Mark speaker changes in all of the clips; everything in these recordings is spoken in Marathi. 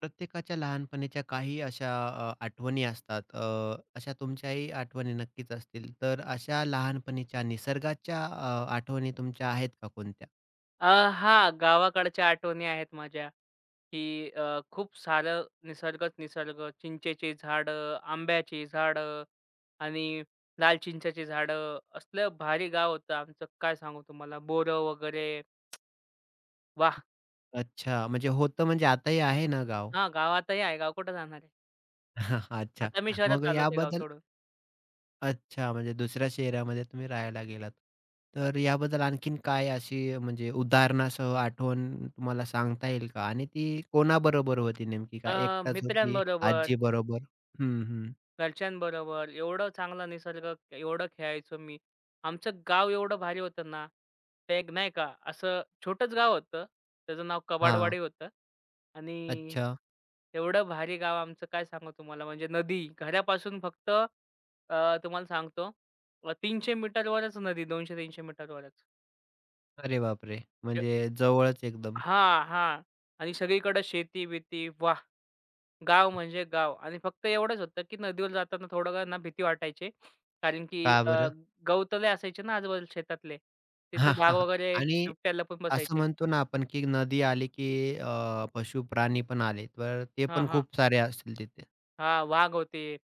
Speaker 1: प्रत्येकाच्या लहानपणीच्या काही अशा आठवणी असतात. अशा तुमच्याही आठवणी नक्कीच असतील. तर अशा लहानपणीच्या निसर्गाच्या आठवणी तुमच्या आहेत का कोणत्या?
Speaker 2: अ, हां, गावाकडच्या आठवणी आहेत माझ्या, की खूप सारं निसर्गच निसर्ग. चिंचेची झाडं, आंब्याची झाडं आणि लाल चिंचाची झाडं. असलं भारी गाव होतं आमचं, काय सांगू तुम्हाला. बोरं वगैरे. वाह!
Speaker 1: अच्छा, म्हणजे होतं म्हणजे आताही आहे ना गाव?
Speaker 2: हां, गावातही आहे. गाव कुठं जाणार आहे.
Speaker 1: अच्छा.
Speaker 2: आता मी
Speaker 1: मग
Speaker 2: शहरात आलो ते गाव
Speaker 1: याबद्दल
Speaker 2: सोडून.
Speaker 1: अच्छा, म्हणजे दुसऱ्या शहरामध्ये तुम्ही राहायला गेलात. तर याबद्दल आणखीन काय अशी म्हणजे उदाहरणासह आठवण तुम्हाला सांगता येईल का? आणि ती कोणाबरोबर होती नेमकी? का
Speaker 2: अ,
Speaker 1: एकटाच होती?
Speaker 2: मित्रांबरोबर
Speaker 1: आजीबरोबर? हं, हं.
Speaker 2: घरच्यांबरोबर एवढं चांगला निसर्ग, एवढं खेळायचो मी. आमचं गाव एवढं भारी होतं ना, ते एक नाही का असं छोटंच गाव होतं. त्याचं नाव
Speaker 1: हां.
Speaker 2: कबाडवाडी होतं आणि
Speaker 1: अच्छा.
Speaker 2: एवढं भारी गाव आमचं काय सांगू तुम्हाला. म्हणजे नदी घरापासून फक्त तुम्हाला सांगतो 300 मीटरवरच नदी 200-300 मीटरवरच.
Speaker 1: अरे बापरे!
Speaker 2: अ,
Speaker 1: म्हणजे जवळच एकदम.
Speaker 2: हां, हां. आणि सगळीकडे शेती-बिती वाह! गाव म्हणजे गाव आणि फक्त एवढंच होतं, की नदीवर जाताना थोडं का ना भीती वाटायची. कारण की
Speaker 1: का बरं?
Speaker 2: गवतले असायचे ना आजूबाजूला शेतातले. तिथे
Speaker 1: हां,
Speaker 2: वाघ
Speaker 1: हां, हां.
Speaker 2: वगैरे
Speaker 1: आणि
Speaker 2: बिबट्या लपून
Speaker 1: असं
Speaker 2: बसायचे.
Speaker 1: म्हणतो ना आपण, की नदी आली, की पशु प्राणी पण आले, तर ते
Speaker 2: हां,
Speaker 1: पण
Speaker 2: हां.
Speaker 1: खूप सारे असतील तिथे.
Speaker 2: हां, वाघ होते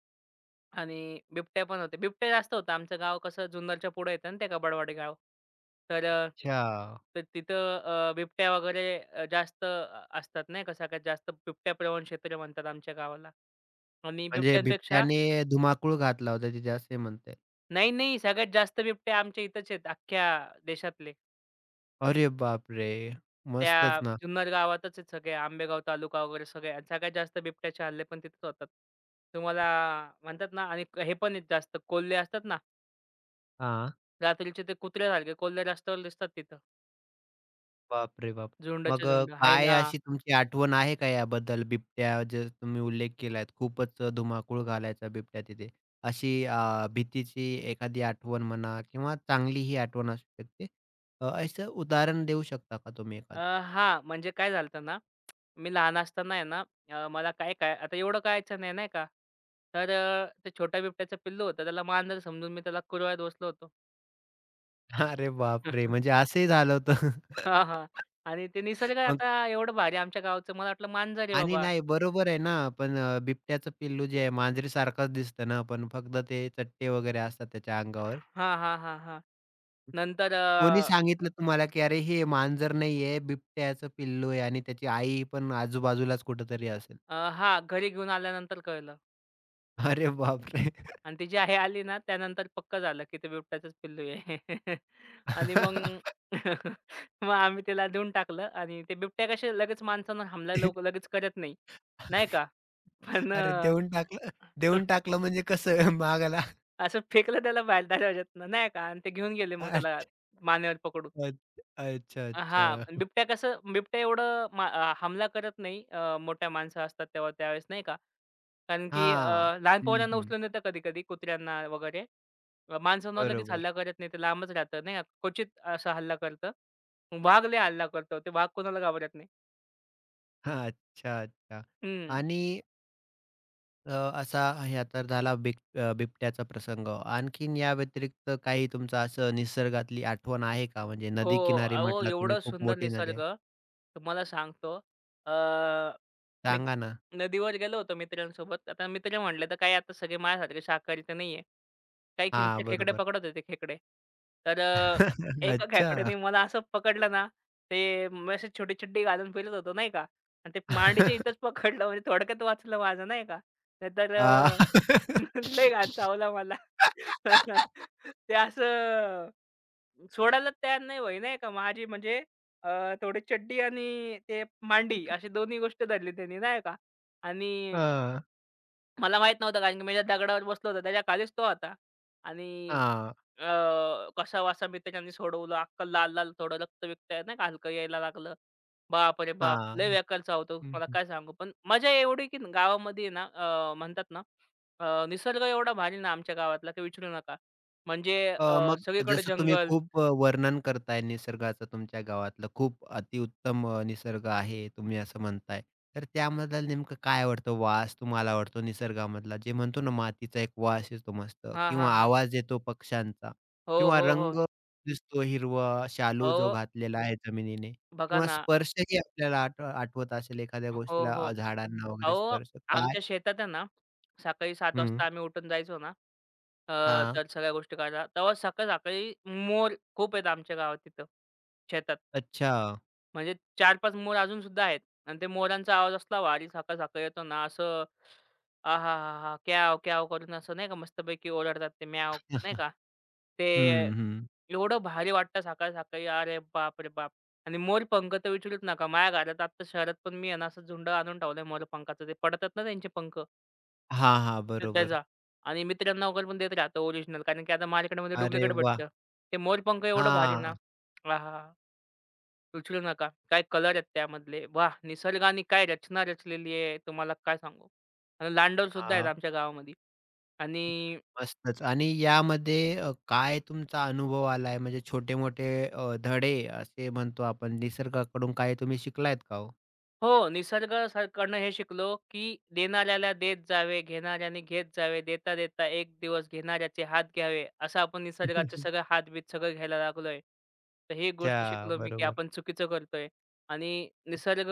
Speaker 2: आणि बिबट्या पण होते. बिबट्या जास्त होता. आमचं गाव कसं जुन्नरच्या पुढे येतं ना ते कबाडवाडी गाव. तर
Speaker 1: अच्छा.
Speaker 2: तर तिथं बिबट्या वगैरे जास्त असतात नाही का. सगळ्यात जास्त बिबट्याप्रवण क्षेत्र म्हणतात आमच्या गावाला आणि
Speaker 1: म्हणजे
Speaker 2: बिबट्यांपेक्षा
Speaker 1: बिबट्याने धुमाकूळ घातला होता तिथे, असे म्हणताय.
Speaker 2: नाही, नाही. सगळ्यात जास्त बिबट्या आमच्या इथंच आहेत अख्ख्या देशातले.
Speaker 1: अरे बापरे!
Speaker 2: त्या
Speaker 1: मस्तच ना.
Speaker 2: जुन्नर गावातच आहेत सगळे. आंबेगाव तालुका वगैरे सगळे आणि सगळ्यात जास्त बिबट्याचे हल्ले पण तिथेच होतात. तुम्हाला म्हणतात ना आणि हे पण आहेत जास्त कोल्हे असतात ना,
Speaker 1: हां.
Speaker 2: रात्रीचे ते कुत्र्यासारखे कोल्हे रस्त्यावर दिसतात तिथं.
Speaker 1: बापरे बाप! मग
Speaker 2: झुंडच्या झुंड.
Speaker 1: काय
Speaker 2: हायना.
Speaker 1: अशी तुमची आठवण आहे का याबद्दल? बिबट्या जे तुम्ही उल्लेख केलात, खूपच धुमाकूळ घालायचा बिबट्या तिथे. अशी भीतीची एखादी आठवण म्हणा किंवा चांगलीही आठवण असू शकते. असं उदाहरण देऊ शकता का तुम्ही
Speaker 2: अ,
Speaker 1: एखादं?
Speaker 2: हां, म्हणजे काय झालं होतं ना, मी लहान असताना आहे ना, मला काय काय आता एवढं कळायचं नाही, नाही का. तर ते छोट्या बिबट्याचं पिल्लू होतं. त्याला मांजर समजून मी त्याला कुरवाळत बसलो होतो.
Speaker 1: अरे बापरे! म्हणजे असंही झालं होतं.
Speaker 2: हां, हां. आणि ते निसर्ग
Speaker 1: मग
Speaker 2: आता एवढं भारी आमच्या गावचं मला वाटलं मांजर आहे
Speaker 1: आणि
Speaker 2: बाबा.
Speaker 1: नाही बरोबर आहे ना, पण बिबट्याचं पिल्लू जे आहे मांजरीसारखंच दिसतं ना, पण फक्त ते चट्टे वगैरे असतात त्याच्या अंगावर.
Speaker 2: हां, हां, हां, हां. नंतर अ,
Speaker 1: कोणी सांगितलं तुम्हाला, की "अरे, हे मांजर नाहीये, बिबट्याचं पिल्लू आहे आणि त्याची आई पण आजूबाजूलाच कुठेतरी असेल."
Speaker 2: अ, हां, घरी घेऊन आल्यानंतर कळलं
Speaker 1: अरे बापरे!
Speaker 2: आणि ती जी आहे आली ना त्यानंतर पक्क झालं की ते बिबट्याचंच पिल्लू आहे. आणि मग मग आम्ही त्याला देऊन टाकलं आणि ते बिबट्या कसे लगेच माणसांना हमला लवकर लगेच करत नाही, नाही का. पण
Speaker 1: अरे, देऊन टाकलं देऊन टाकलं म्हणजे कसं मागायला?
Speaker 2: असं फेकलं त्याला बाहेर दरवाज्यातनं नाही का आणि ते घेऊन गेले मग त्याला
Speaker 1: अच्छा,
Speaker 2: मानेवर पकडून.
Speaker 1: अच्छा, अच्छा,
Speaker 2: हां.
Speaker 1: अच्छा.
Speaker 2: बिबट्या कसं बिबट्या एवढं हमला करत नाही. मोठ्या माणसं असतात तेव्हा त्यावेळेस नाही का. कारण की
Speaker 1: हां.
Speaker 2: लहान पोरांना
Speaker 1: हं,
Speaker 2: उचलून येतं कधी-कधी कुत्र्यांना वगैरे. माणसांवर लगेच
Speaker 1: बरोबर.
Speaker 2: हल्ला करत नाही. ते लांबच राहतं नाही का. क्वचित असा हल्ला करतं. वाघ लय हल्ला करतो. ते वाघ कोणाला घाबरत नाही.
Speaker 1: हां, अच्छा, अच्छा. आणि अ, असा ह्या तर झाला बिबट्याचा प्रसंग. आणखीन या व्यतिरिक्त काही तुमचं असं निसर्गातली आठवण आहे का? म्हणजे
Speaker 2: हो,
Speaker 1: नदी किनारी
Speaker 2: अहो
Speaker 1: म्हटलात तुम्ही
Speaker 2: एवढं
Speaker 1: खूप
Speaker 2: सुंदर
Speaker 1: मोठी नदी
Speaker 2: निसर्ग.
Speaker 1: आहे.
Speaker 2: तुम्हाला सांगतो अ, मी
Speaker 1: सांगा ना?
Speaker 2: नदीवर गेलो होतो मित्रांसोबत. आता मित्र म्हटले तर काय आता सगळे माझ्यासारखे शाकाहारी तर नाहीये. काही की
Speaker 1: हां,
Speaker 2: मित्र खेकडे
Speaker 1: बरोबर.
Speaker 2: पकडत होते खेकडे. तर एका
Speaker 1: अच्छा.
Speaker 2: खेकड्याने मला असं पकडलं ना, ते मी अशी छोटी घालून फिरत होतो नाही का आणि ते मांडीच्या इथंच पकडलं म्हणजे थोडक्यात वाचलं माझं नाही का. नाहीतर
Speaker 1: आ.
Speaker 2: लय घाण चावला मला. ते असं सोडायलाच तयार नाही व्हय, नाही का. माझी म्हणजे अ, थोडी चड्डी आणि ते मांडी अशी दोन्ही गोष्ट धरली त्यांनी नाही का आणि
Speaker 1: हां.
Speaker 2: मला माहीत नव्हतं कारण की मी ज्या दगडावर बसलो होतो त्याच्या खालीच तो होता आणि
Speaker 1: हां,
Speaker 2: कसावासा मित्रांनी सोडवला. अख्खं लाल-लाल थोडं रक्त बिक्त आहे ना का हलकं यायला लागलं. बापरे बाप! लय
Speaker 1: हां.
Speaker 2: बेकार चावतो तुम्हाला
Speaker 1: हं.
Speaker 2: काय सांगू. पण मजा एवढी की गावामध्ये आहे ना म्हणतात ना निसर्ग एवढा भारी ना आमच्या गावातला की विचारू नका. म्हणजे
Speaker 1: मग
Speaker 2: सगळीकडे
Speaker 1: जसं तुम्ही
Speaker 2: जंगल
Speaker 1: खूप वर्णन करताय निसर्गाचं तुमच्या गावातलं, खूप अतिउत्तम निसर्ग आहे तुम्ही असं म्हणताय. तर त्यामधला नेमकं काय आवडतं? वास तुम्हाला आवडतो निसर्गामधला, जे म्हणतो ना मातीचा एक वास येतो मस्त
Speaker 2: हां,
Speaker 1: किंवा
Speaker 2: हां, हां.
Speaker 1: आवाज येतो पक्ष्यांचा
Speaker 2: हो,
Speaker 1: किंवा
Speaker 2: हो,
Speaker 1: रंग
Speaker 2: हो.
Speaker 1: दिसतो हिरवा शालू जो
Speaker 2: अहो,
Speaker 1: घातलेला आहे जमिनीने
Speaker 2: बघा
Speaker 1: किंवा
Speaker 2: ना.
Speaker 1: स्पर्शही आपल्याला आठवत असेल एखाद्या
Speaker 2: हो,
Speaker 1: गोष्टीला
Speaker 2: हो.
Speaker 1: झाडांना वगैरे
Speaker 2: अहो,
Speaker 1: स्पर्श काय?
Speaker 2: आमच्या शेतात आहे ना, सकाळी 7:00
Speaker 1: हं.
Speaker 2: वाजता आम्ही उठून जायचो ना, अ,
Speaker 1: हां.
Speaker 2: तर सगळ्या गोष्टी करायला. तेव्हा सकाळ-सकाळी मोर खूप आहेत आमच्या गावात तिथं, शेतात.
Speaker 1: अच्छा.
Speaker 2: म्हणजे 4-5 मोर अजूनसुद्धा आहेत आणि ते मोरांचा आवाज असला वारी साका-साका येतो ना, असं आहाहाहा! क्याव-क्याव करून असं नाही का मस्तपैकी ओरडतात ते म्याव नाही का? ते
Speaker 1: हं, हं.
Speaker 2: एवढं भारी वाटतं सकाळी-सकाळी अरे बाप रे बाप! आणि मोरपंख तर विचारूच नका. माझ्या घरात आत्ता शहरात पण मी आहे ना, असं झुंड आणून ठेवलंय मोरपंखाचं. ते पडतात ना त्यांचे पंख
Speaker 1: हां, हां.
Speaker 2: ते त्याचा
Speaker 1: बरोबर.
Speaker 2: आणि मित्रांना वगैरे पण देत राहतो ओरिजिनल कारण की आता मार्केटमध्ये
Speaker 1: अरे
Speaker 2: डुप्लिकेट
Speaker 1: वाह!
Speaker 2: भेटतं. ते मोरपंख एवढं भारी ना.
Speaker 1: हां,
Speaker 2: आहाहा! विचारू नका. काय कलर आहेत त्यामधले. वाह! निसर्गाने काय रचना रचलेली आहे तुम्हाला काय सांगू. आणि लांडोरसुद्धा आहेत
Speaker 1: हां.
Speaker 2: आमच्या गावामध्ये आणि
Speaker 1: मस्तच आणि यामध्ये काय तुमचा अनुभव आलाय? म्हणजे छोटे-मोठे धडे असे म्हणतो आपण निसर्गाकडून काही तुम्ही शिकलायत का हो?
Speaker 2: हो, निसर्गाकडनं हे शिकलो, की देणाऱ्याला देत जावे, घेणाऱ्याने घेत जावे, देता-देता एक दिवस घेणाऱ्याचे हात घ्यावे, असं आपण निसर्गाचे सगळे हात-बीत सगळं घ्यायला लागलोय. तर ही गोष्ट
Speaker 1: अच्छा.
Speaker 2: शिकलो मी, की
Speaker 1: बरोबर.
Speaker 2: आपण चुकीचं करतोय आणि निसर्ग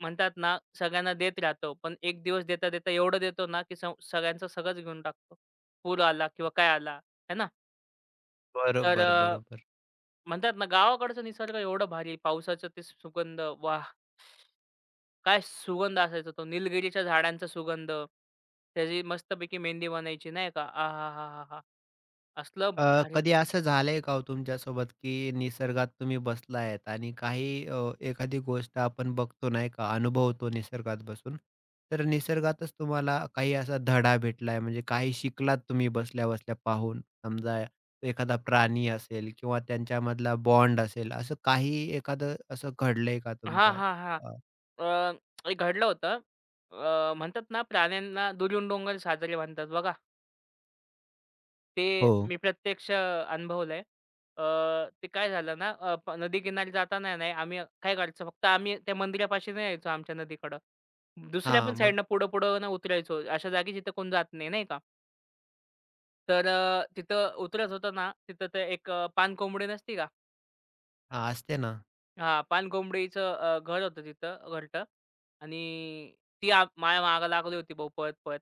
Speaker 2: म्हणतात ना, सगळ्यांना देत राहतो, पण एक दिवस देता-देता एवढं देतो ना, की सगळ्यांचं सगळंच घेऊन टाकतो. पूर आला किंवा काय आला, आहे ना? तर
Speaker 1: बरोबर, बरोबर.
Speaker 2: म्हणतात ना, गावाकडचं निसर्ग एवढं भारी, पावसाचं ते सुगंध, वाह! काय सुगंध असायचा तो निलगिरीच्या झाडांचा सुगंध. त्याची मस्तपैकी मेहंदी बनायची नाही का. आहाहाहा! असलं भारी
Speaker 1: कधी असं झालंय का हो तुमच्यासोबत, की निसर्गात तुम्ही बसला आहेत आणि काही एखादी गोष्ट आपण बघतो नाही का, अनुभवतो निसर्गात बसून. तर निसर्गातच तुम्हाला काही असा धडा भेटलाय, म्हणजे काही शिकलात तुम्ही बसल्या-बसल्या पाहून. समजा एखादा प्राणी असेल किंवा त्यांच्यामधला बॉन्ड असेल, असं काही एखादं असं घडलंय का
Speaker 2: हां,
Speaker 1: तुमच्या?
Speaker 2: हां, हां.
Speaker 1: अ,
Speaker 2: अ, एक घडलं होतं. म्हणतात ना प्राण्यांना दुरून डोंगर साजरे म्हणतात बघा. ते
Speaker 1: हो.
Speaker 2: मी प्रत्यक्ष अनुभवलंय. अ, ते काय झालं ना अ, प नदीकिनारी जाताना नाही आम्ही काय करायचो फक्त आम्ही त्या मंदिरापाशी नाही यायचो आमच्या नदीकडं. दुसऱ्या पण
Speaker 1: हां, मग
Speaker 2: साईडनं पुढं-पुढं ना उतरायचो. अशा जागी जिथे कोण जात नाही, नाही का. तर तिथं उतरत होतो ना, तिथं ते एक पानकोंबडी नसती का?
Speaker 1: हां, असते ना.
Speaker 2: हा पान पानकोंबडीचं घर होतं तिथं घरटं आणि ती माझ्या मागं लागली होती भाऊ पळत-पळत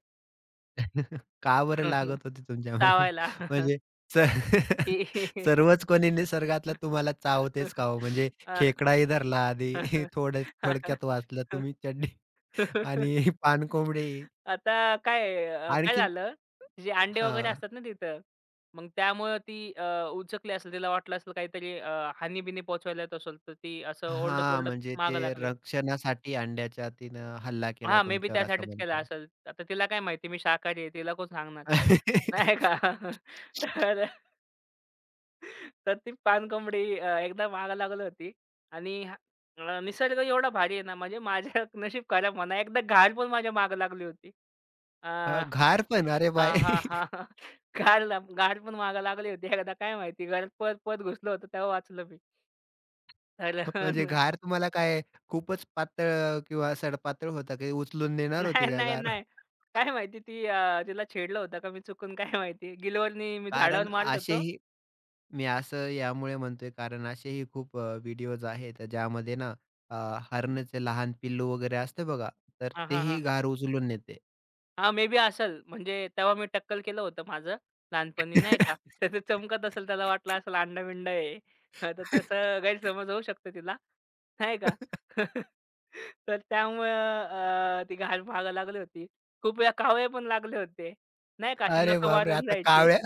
Speaker 1: का बरं लागत होती तुमच्या मागे?
Speaker 2: चावायला.
Speaker 1: म्हणजे स
Speaker 2: ती
Speaker 1: सर्वच कोणी निसर्गातलं तुम्हाला चावतेच का हो? म्हणजे
Speaker 2: अ
Speaker 1: खेकडाही धरला आधी थोडं थोडक्यात वाचलं तुम्ही चड्डी आणि पाणकोंबडी
Speaker 2: आता काय काय
Speaker 1: आणखीन
Speaker 2: झालं, जे अंडे वगैरे
Speaker 1: हां.
Speaker 2: असतात ना तिथं, मग त्यामुळं ती उचकली असेल, तिला वाटलं असेल काहीतरी हानी-बिनी पोहोचवायला येत असेल, तर ती असं
Speaker 1: हां,
Speaker 2: ओरडत-ओरडत
Speaker 1: म्हणजे ते
Speaker 2: मागं लागली.
Speaker 1: रक्षणासाठी अंड्याच्या तिनं हल्ला केला
Speaker 2: हां, मे बी
Speaker 1: तुमच्यावर असं
Speaker 2: त्यासाठीच केला
Speaker 1: म्हणता येईल.
Speaker 2: असेल. आता तिला काय माहिती मी शाकाहारी आहे, तिला कोण सांगणार, नाही का? तर तर ती पाणकोंबडी एकदा मागं लागली होती आणि हा निसर्ग एवढा भारी आहे ना, म्हणजे माझं नशीब खराब म्हणा, एकदा घार पण माझ्या मागं लागली होती.
Speaker 1: घार पण अरे बाय!
Speaker 2: हां, हां, हां, हां. गाड पण मागे लागली होती एकदा काय माहिती घरात पळत, पळत घुसलो होतो तेव्हा वाचलं मी. तर
Speaker 1: म्हणजे घार तुम्हाला काय खूपच पातळ किंवा सडपातळ होता, की उचलून नेणार
Speaker 2: नाही,
Speaker 1: होती का
Speaker 2: नाही,
Speaker 1: घार?
Speaker 2: नाही. काय माहिती ती तिला छेडलं होतं का मी चुकून काय माहिती. गिलोयनी मी झाडावर
Speaker 1: कारण
Speaker 2: मारत होतो.
Speaker 1: असेही मी असं यामुळे म्हणतोय कारण असेही खूप व्हिडिओज आहेत ज्यामध्ये ना अ, हरणचं लहान पिल्लू वगैरे असतं बघा, तर
Speaker 2: हां, हां, हां.
Speaker 1: तेही गार उचलून नेते.
Speaker 2: हां, मे बी असेल. म्हणजे तेव्हा मी टक्कल केलं होतं माझं लहानपणी नाही का. तर ते चमकत असेल त्याला वाटलं असेल अंडा-बिंडा आहे. हां, तर तसं गैरसमज होऊ शकतो तिला नाही का. तर त्यामुळं ती घाण मागं लागली होती. खूप वेळा कावळे पण लागले होते. नाही का असे
Speaker 1: अरे
Speaker 2: नखं
Speaker 1: बापरे!
Speaker 2: मारून
Speaker 1: आता
Speaker 2: जायचे.
Speaker 1: कावळ्या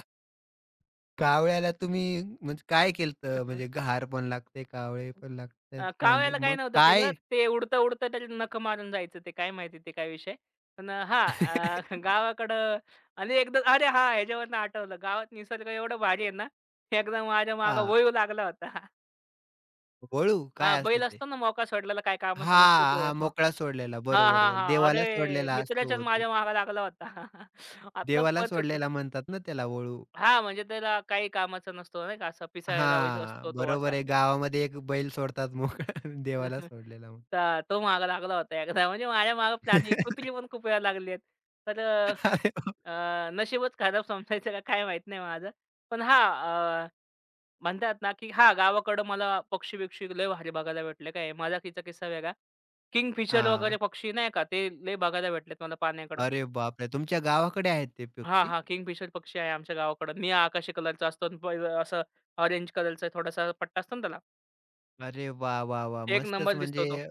Speaker 1: कावळ्याला तुम्ही म्हणजे काय केलतं? म्हणजे घार पण लागते, कावळे पण लागतात. म्हणजे
Speaker 2: कावळ्याला काही
Speaker 1: मग
Speaker 2: नव्हतं केलं.
Speaker 1: काय?
Speaker 2: ते उडता-उडता त्याच्यात नखं मारून जायचं ते काय माहिती ते काय विषय. पण हां, गावाकडं आणि एकदा अरे हां, ह्याच्यावरनं आठवलं. गावात निसर्ग एवढं भारी आहे ना, एकदा माझ्या मागं
Speaker 1: हां,
Speaker 2: वळीव लागला होता.
Speaker 1: वळू काय
Speaker 2: हां,
Speaker 1: असते
Speaker 2: बैल
Speaker 1: ते?
Speaker 2: असतो ना मोका सोडलेला काय कामाचा नसतो
Speaker 1: हां,
Speaker 2: तो.
Speaker 1: हां, मोकळा सोडलेला.
Speaker 2: हां,
Speaker 1: बरोबर,
Speaker 2: हां,
Speaker 1: बरोबर.
Speaker 2: हां. अरे
Speaker 1: देवाला सोडलेला
Speaker 2: मित्राच्याच
Speaker 1: असतो ते.
Speaker 2: माझ्या मागे लागला होता. आतलं
Speaker 1: देवाला
Speaker 2: पद सुटलं.
Speaker 1: सोडलेला म्हणतात ना त्याला वळू.
Speaker 2: हां, म्हणजे त्याला काही कामाचा नसतो नाही का असा पिसाळ्याला वगैरे असतो
Speaker 1: हां,
Speaker 2: तो
Speaker 1: बरोबर
Speaker 2: असा.
Speaker 1: आहे. गावामध्ये एक बैल सोडतात मोकळा देवाला सोडलेला मग.
Speaker 2: तर तो मागे लागला होता एकदा. म्हणजे माझ्या मागे प्राणी कुत्री पण खूप वेळा लागली आहेत. तर अ,
Speaker 1: अरे बाप
Speaker 2: अ, नशीबच खराब समजायचं का काय माहीत नाही माझं. पण हां, म्हणतात ना, की हां, गावाकडं मला पक्षी-बिक्षी लय भारी बघायला भेटले. काय माझाकीचा किस्सा वेगळा. किंगफिशर वगैरे
Speaker 1: हां.
Speaker 2: पक्षी नाही का, ते लय बघायला भेटलेत मला पाण्याकडं.
Speaker 1: अरे बापरे! तुमच्या गावाकडे आहेत ते
Speaker 2: हां,
Speaker 1: पक्षी?
Speaker 2: हां. किंगफिशर पक्षी आहे आमच्या गावाकडं. निळा आकाशी कलरचा असतो आणि असं ऑरेंज कलरचा थोडासा पट्टा असतो ना त्याला.
Speaker 1: अरे वाह, वाह, वाह!
Speaker 2: एक
Speaker 1: मस्तच
Speaker 2: नंबर दिसतो
Speaker 1: म्हणजे
Speaker 2: तो.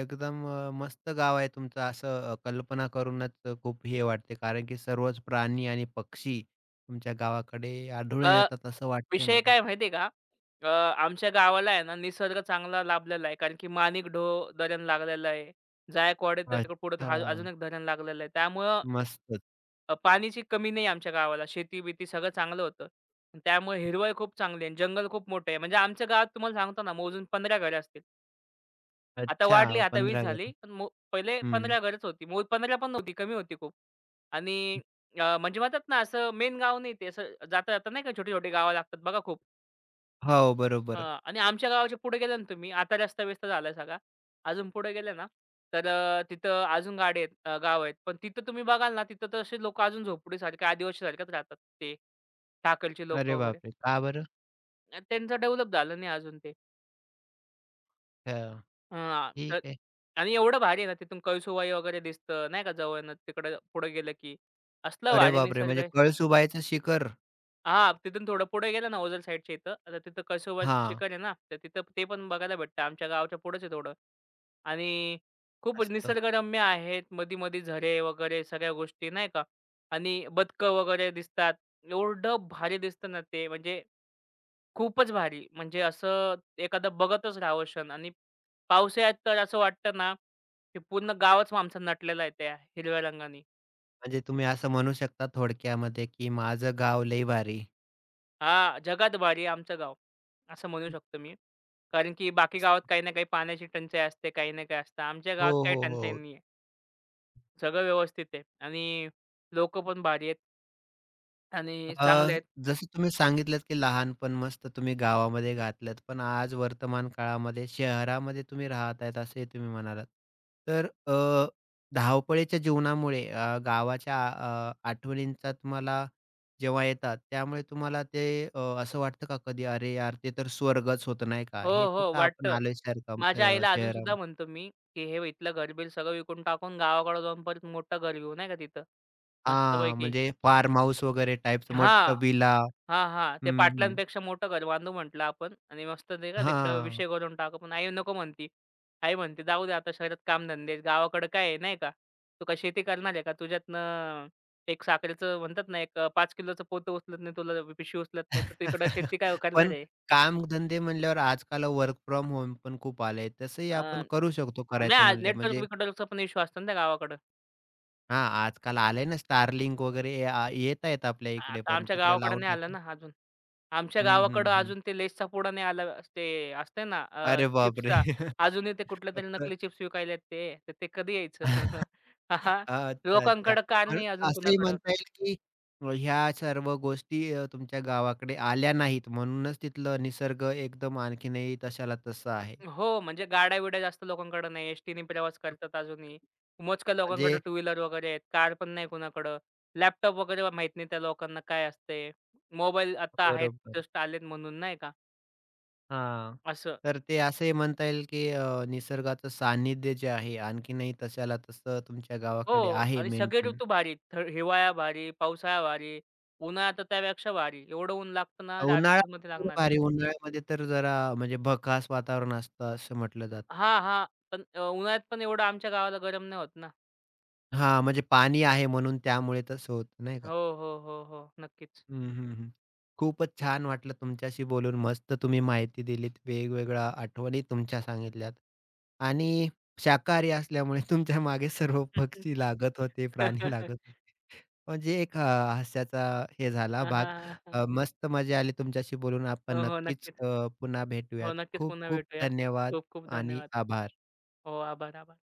Speaker 1: एकदम मस्त गाव आहे तुमचं असं कल्पना करूनच खूप हे वाटते कारण की सर्वच प्राणी आणि पक्षी तुमच्या गावाकडे आढळून
Speaker 2: अ,
Speaker 1: येतात असं वाटतंय
Speaker 2: विषय
Speaker 1: मला.
Speaker 2: काय माहिती का आमच्या गावाला आहे ना निसर्ग चांगला लाभलेला आहे. कारण की माणिकडोह धरण लागलेलं आहे. जायकवाडी त्याच्या पुढे हाल अजून
Speaker 1: अच्छा.
Speaker 2: एक धरण लागलेलं आहे. त्यामुळं
Speaker 1: मस्तच.
Speaker 2: पाण्याची कमी नाही आमच्या गावाला. शेती-बिती सगळं चांगलं होतं. त्यामुळे हिरवळ खूप चांगली आहे जंगल खूप मोठं आहे. म्हणजे आमच्या गावात तुम्हाला सांगतो ना मोजून 15 घरं असतील. आता
Speaker 1: अच्छा
Speaker 2: वाढली, आता 20
Speaker 1: 15
Speaker 2: झाली.
Speaker 1: घर.
Speaker 2: पण मो पहिले
Speaker 1: हं.
Speaker 2: 15 घरच होती. मूळ 15 पण नव्हती, कमी होती खूप. आणि म्हणजे म्हणतात ना असं मेन गाव नाही ते असं जाता-जाता नाही का छोटी-छोटी गावं लागतात बघा खूप.
Speaker 1: हो, बरोबर.
Speaker 2: हां. आणि आमच्या गावाच्या पुढे गेले ना तुम्ही, आता रस्ता-बिस्ता झालाय सगळा. अजून पुढे गेले ना, तर तिथं अजून गाडी आहेत गाव आहेत. पण तिथं तुम्ही बघाल ना, तिथं तसे लोकं अजून झोपडीसारखे, आदिवासीसारखेच राहतात ते. ठाकरचे लोकं
Speaker 1: अरे
Speaker 2: वगैरे.
Speaker 1: बापरे! का बरं?
Speaker 2: त्यांचं डेव्हलप झालं नाही अजून ते.
Speaker 1: हां.
Speaker 2: हां. तर
Speaker 1: ठीक आहे.
Speaker 2: आणि एवढं भारी आहे ना, तिथून कळसुबाई वगैरे दिसतं नाही का जवळनं तिकडं पुढे गेलं की. असला
Speaker 1: अरे
Speaker 2: भारी
Speaker 1: बापरे!
Speaker 2: निसर्ग
Speaker 1: म्हणजे कळसुबाईचं शिखर.
Speaker 2: हां, तिथून थोडं पुढे गेलं ना ओझर साईडच्या इथं. आता तिथं कसोबाचं
Speaker 1: हां,
Speaker 2: शिखर आहे ना, तर तिथं ते पण बघायला भेटतं. आमच्या गावाच्या पुढेच आहे थोडं. आणि खूप
Speaker 1: मस्त.
Speaker 2: निसर्गरम्य आहेत. मधी-मधी झरे वगैरे सगळ्या गोष्टी नाही का? आणि बदकं वगैरे दिसतात. एवढं भारी दिसतं ना ते म्हणजे खूपच भारी. म्हणजे असं एखादं बघतच राहावं क्षण आणि पावसाळ्यात तर असं वाटतं ना, की पूर्ण गावच आमचं नटलेलं आहे त्या हिरव्या रंगानी.
Speaker 1: म्हणजे तुम्ही असं म्हणू शकता थोडक्यामध्ये, की माझं गाव लय भारी.
Speaker 2: हां, जगात भारी आहे आमचं गाव, असं म्हणू
Speaker 1: हं.
Speaker 2: शकतो मी. कारण की बाकी गावात काही ना काही पाण्याची टंचाई असते, काही ना काही असतं. आमच्या
Speaker 1: हो,
Speaker 2: गावात काही
Speaker 1: हो,
Speaker 2: टंचाई
Speaker 1: हो.
Speaker 2: नाही आहे. सगळं व्यवस्थित आहे आणि लोकं पण भारी आहेत आणि
Speaker 1: अ,
Speaker 2: चांगले आहेत.
Speaker 1: जसं तुम्ही सांगितलंत, की लहानपण मस्त तुम्ही गावामध्ये घातलंत, पण आज वर्तमान काळामध्ये शहरामध्ये तुम्ही राहत आहेत, असे तुम्ही म्हणालात. तर धावपळीच्या जीवनामुळे गावाच्या आठवणींचा तुम्हाला जेव्हा येतात, त्यामुळे तुम्हाला ते असं वाटतं का कधी, "अरे यार, ते तर स्वर्गच होतं, नाही का?
Speaker 2: हो,
Speaker 1: हे
Speaker 2: हो,
Speaker 1: कुठं आपण
Speaker 2: वाटतं.
Speaker 1: आलोय सारखं
Speaker 2: माझ्या आईला अजून सुद्धा
Speaker 1: शहरामध्ये."
Speaker 2: म्हणतो मी, की "हे इथलं घर-बीर सगळं विकून टाकून गावाकडे जाऊन परत मोठं घर घेऊ नाही का तिथं
Speaker 1: हां,
Speaker 2: मस्तपैकी."
Speaker 1: म्हणजे फार्म हाऊस वगैरे टाईपचं, मोठं
Speaker 2: हां.
Speaker 1: विला.
Speaker 2: हां, हां. ते
Speaker 1: हं, हं.
Speaker 2: पाटलांपेक्षा मोठं घर बांधू म्हटलं आपण आणि मस्त ते का तिकडं
Speaker 1: हां.
Speaker 2: विषय करून टाकू. पण आई नको म्हणती. आई म्हणते, "जाऊ दे आता शहरात कामधंदे आहेत. गावाकडं काय आहे नाही का? तू काय शेती करणार आहे का? तुझ्यातनं एक साखरेचं म्हणतात ना, एक 5 किलोचं पोतं उचलत नाही, तुला पिशवी उचलत नाही, तर तिकडं शेती काय करणार
Speaker 1: पण
Speaker 2: आहे?"
Speaker 1: कामधंदे म्हणल्यावर आजकाल वर्क फ्रॉम होम पण खूप आलंय. तसंही आपण करू शकतो करायचं म्हणलं म्हणजे
Speaker 2: नेटवर्क-बिटवर्कचा पण इश्यू असतो ना त्या गावाकडं.
Speaker 1: हां, आजकाल आलंय ना Starlink वगैरे ये आ येतायत आपल्या इकडे
Speaker 2: आता
Speaker 1: पण
Speaker 2: आमच्या
Speaker 1: तिकडे
Speaker 2: गावाकडं
Speaker 1: लावून
Speaker 2: नाही
Speaker 1: टाक
Speaker 2: आलं ना अजून. आमच्या
Speaker 1: हं, हं,
Speaker 2: गावाकडं
Speaker 1: हं.
Speaker 2: अजून ते लेसचा पुडा नाही आला. अस ते असते ना
Speaker 1: अरे बापरे!
Speaker 2: चिप्सचा. अजूनही ते कुठल्यातरी
Speaker 1: फक्त
Speaker 2: नकली चिप्स विकायलेत ते. तर ते कधी यायचं? हां, हां.
Speaker 1: अच्छा, अच्छा.
Speaker 2: लोकांकडं कार
Speaker 1: पण
Speaker 2: नाही अजून
Speaker 1: असंही
Speaker 2: कुणाकडं.
Speaker 1: म्हणता येईल, की ह्या सर्व गोष्टी तुमच्या गावाकडे आल्या नाहीत म्हणूनच तिथलं निसर्ग एकदम आणखीनही तशाला तसा आहे.
Speaker 2: हो, म्हणजे गाड्या-बिड्या जास्त लोकांकडं नाही. एसटीने प्रवास करतात अजूनही. मोजक्या लोकांकडं
Speaker 1: म्हणजे
Speaker 2: टू व्हीलर वगैरे आहेत. कार पण नाही कुणाकडं. लॅपटॉप वगैरे माहीत नाही त्या लोकांना काय असते. मोबाईल आता आहेत,
Speaker 1: बरोबर.
Speaker 2: जस्ट आलेत म्हणून नाही का
Speaker 1: हां.
Speaker 2: असं.
Speaker 1: तर ते असंही म्हणता येईल, की निसर्गाचं सान्निध्य जे आहे आणखीनही तशाला तसं तुमच्या गावाकडे
Speaker 2: हो.
Speaker 1: आहे
Speaker 2: आणि सगळे
Speaker 1: मेंटेन.
Speaker 2: ऋतू भारी. हिवाळा भारी, पावसाळा भारी, उन्हाळा तर त्यापेक्षा भारी. एवढं ऊन लागतं ना
Speaker 1: उन्हाळा
Speaker 2: राजस्थानमध्ये
Speaker 1: तर
Speaker 2: लागणार नाही.
Speaker 1: भारी उन्हाळ्यामध्ये तर जरा म्हणजे भकास वातावरण असतं असं म्हटलं जातं.
Speaker 2: हां, हां. पण उन्हाळ्यात पण एवढं आमच्या गावाला गरम नाही होत ना.
Speaker 1: हां, म्हणजे पाणी आहे म्हणून त्यामुळे तसं होत। नाही का?
Speaker 2: हो, हो, हो, हो. नक्कीच.
Speaker 1: हं, हं, हं. खूपच छान वाटलं तुमच्याशी बोलून. मस्त तुम्ही माहिती दिलीत. वेगवेगळ्या आठवणी तुमच्या सांगितल्यात आणि शाकाहारी असल्यामुळे तुमच्या मागे सर्व पक्षी लागत होते, प्राणी लागत होते. म्हणजे एक हास्याचा हे झाला
Speaker 2: हां,
Speaker 1: भाग.
Speaker 2: हां, हां,
Speaker 1: मस्त मजा आली तुमच्याशी बोलून. आपण
Speaker 2: हो, हो.
Speaker 1: नक्कीच
Speaker 2: नक्कीच.
Speaker 1: पुन्हा भेटूयात.
Speaker 2: हो, नक्कीच.
Speaker 1: खूप
Speaker 2: पुन्हा
Speaker 1: खूप
Speaker 2: भेटूया.
Speaker 1: धन्यवाद
Speaker 2: खूप खूप
Speaker 1: आणि
Speaker 2: धन्यवाद.
Speaker 1: आभार.
Speaker 2: हो, आभार, आभार.